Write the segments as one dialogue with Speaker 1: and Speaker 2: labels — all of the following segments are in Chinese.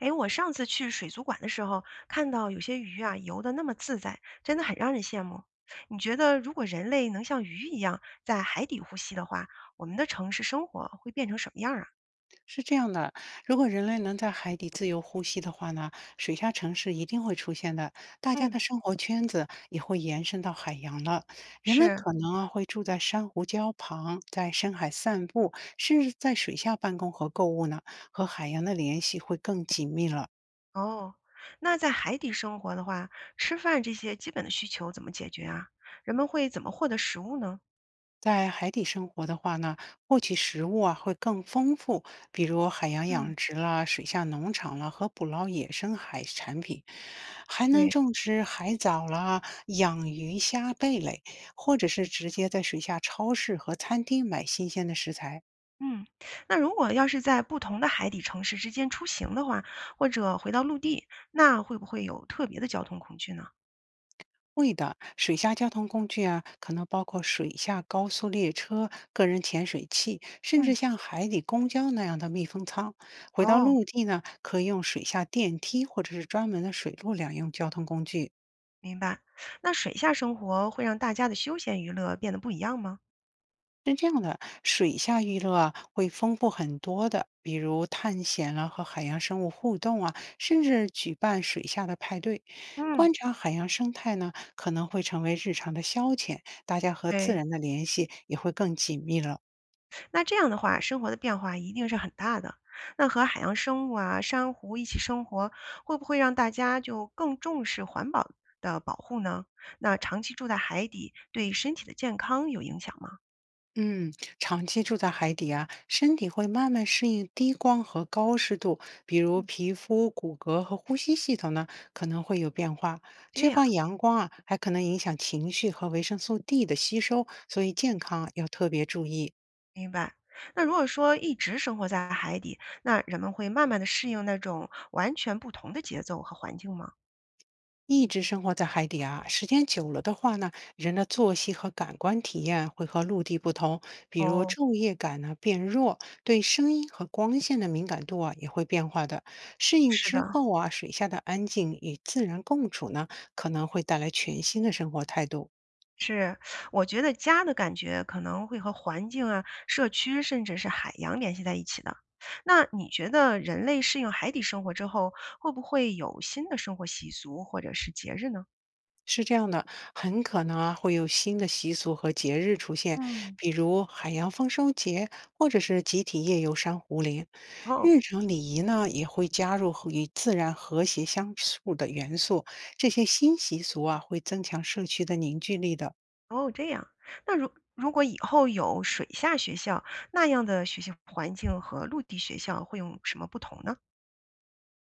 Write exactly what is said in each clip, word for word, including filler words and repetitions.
Speaker 1: 诶，我上次去水族馆的时候，看到有些鱼啊游得那么自在，真的很让人羡慕。你觉得如果人类能像鱼一样在海底呼吸的话，我们的城市生活会变成什么样儿啊？
Speaker 2: 是这样的，如果人类能在海底自由呼吸的话呢，水下城市一定会出现的，大家
Speaker 1: 嗯，
Speaker 2: 的生活圈子也会延伸到海洋了。人们
Speaker 1: 是，
Speaker 2: 可能啊会住在珊瑚礁旁，在深海散步，甚至在水下办公和购物呢，和海洋的联系会更紧密了。
Speaker 1: 哦，那在海底生活的话，吃饭这些基本的需求怎么解决啊？人们会怎么获得食物呢？
Speaker 2: 在海底生活的话呢，获取食物啊会更丰富，比如海洋
Speaker 1: 嗯，
Speaker 2: 养殖啦、水下农场啦和捕捞野生海产品，还能
Speaker 1: 对。
Speaker 2: 种植海藻啦、养鱼虾贝类，或者是直接在水下超市和餐厅买新鲜的食材。
Speaker 1: 嗯，那如果要是在不同的海底城市之间出行的话，或者回到陆地，那会不会有特别的交通恐惧呢？
Speaker 2: 会的，水下交通工具啊，可能包括水下高速列车、个人潜水器，甚至
Speaker 1: 嗯。
Speaker 2: 像海底公交那样的密封舱。回到
Speaker 1: 哦，
Speaker 2: 陆地呢，可以用水下电梯或者是专门的水陆两用交通工具。
Speaker 1: 明白。那水下生活会让大家的休闲娱乐变得不一样吗？
Speaker 2: 是这样的，水下娱乐啊会丰富很多的，比如探险啊和海洋生物互动啊，甚至举办水下的派对。
Speaker 1: 嗯，
Speaker 2: 观察海洋生态呢，可能会成为日常的消遣，大家和自
Speaker 1: 对，
Speaker 2: 然的联系也会更紧密了。
Speaker 1: 那这样的话，生活的变化一定是很大的。那和海洋生物啊、珊瑚一起生活，会不会让大家就更重视环保的保护呢？那长期住在海底，对身体的健康有影响吗？
Speaker 2: 嗯，长期住在海底啊，身体会慢慢适应低光和高湿度，比如
Speaker 1: 嗯，
Speaker 2: 皮肤、骨骼和呼吸系统呢可能会有变化。
Speaker 1: 对
Speaker 2: 缺
Speaker 1: 呀，
Speaker 2: 乏阳光啊，还可能影响情绪和维生素 D 的吸收，所以健康啊要特别注意。
Speaker 1: 明白。那如果说一直生活在海底，那人们会慢慢的适应那种完全不同的节奏和环境吗？
Speaker 2: 一直生活在海底啊，时间久了的话呢，人的作息和感官体验会和陆地不同，比如
Speaker 1: 哦，
Speaker 2: 昼夜感呢变弱，对声音和光线的敏感度啊也会变化的。适应
Speaker 1: 是的。
Speaker 2: 之后啊，水下的安静与自然共处呢，可能会带来全新的生活态度。
Speaker 1: 是，我觉得家的感觉可能会和环境啊、社区，甚至是海洋联系在一起的。那你觉得人类适应海底生活之后，会不会有新的生活习俗或者是节日呢？
Speaker 2: 是这样的，很可能啊会有新的习俗和节日出现，
Speaker 1: 嗯，
Speaker 2: 比如海洋丰收节，或者是集体夜游珊瑚林。
Speaker 1: 哦，
Speaker 2: 日常礼仪呢也会加入和与自然和谐相处的元素，这些新习俗啊会增强社区的凝聚力的。
Speaker 1: 哦，这样。那如如果以后有水下学校，那样的学习环境和陆地学校会有什么不同呢？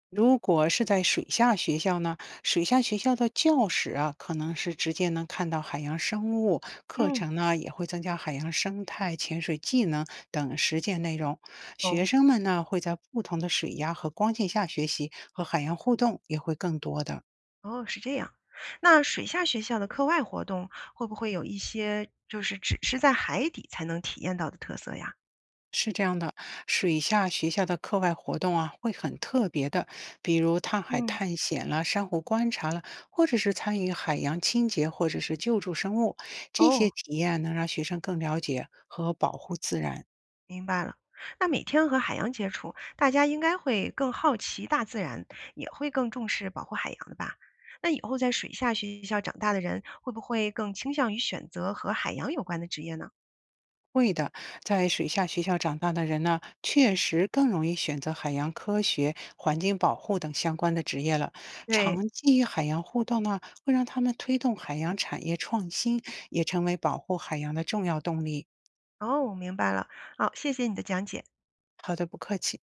Speaker 2: 如果是在水下学校呢，水下学校的教室啊，可能是直接能看到海洋生物，课
Speaker 1: 嗯，
Speaker 2: 程呢也会增加海洋生态、潜水技能等实践内容。学
Speaker 1: 哦，
Speaker 2: 生们呢会在不同的水压和光线下学习，和海洋互动也会更多的。
Speaker 1: 哦，是这样。那水下学校的课外活动会不会有一些就是只是在海底才能体验到的特色呀？
Speaker 2: 是这样的，水下学校的课外活动啊，会很特别的，比如探海
Speaker 1: 嗯，
Speaker 2: 探险啦、珊瑚观察啦，或者是参与海洋清洁或者是救助生物，这些
Speaker 1: 哦，
Speaker 2: 体验能让学生更了解和保护自然。
Speaker 1: 明白了。那每天和海洋接触，大家应该会更好奇大自然，也会更重视保护海洋的吧？那以后在水下学校长大的人，会不会更倾向于选择和海洋有关的职业呢？
Speaker 2: 会的，在水下学校长大的人呢，确实更容易选择海洋科学、环境保护等相关的职业了。
Speaker 1: 对，
Speaker 2: 长期与海洋互动呢，会让他们推动海洋产业创新，也成为保护海洋的重要动力。
Speaker 1: 哦，我明白了。好，谢谢你的讲解。
Speaker 2: 好的，不客气。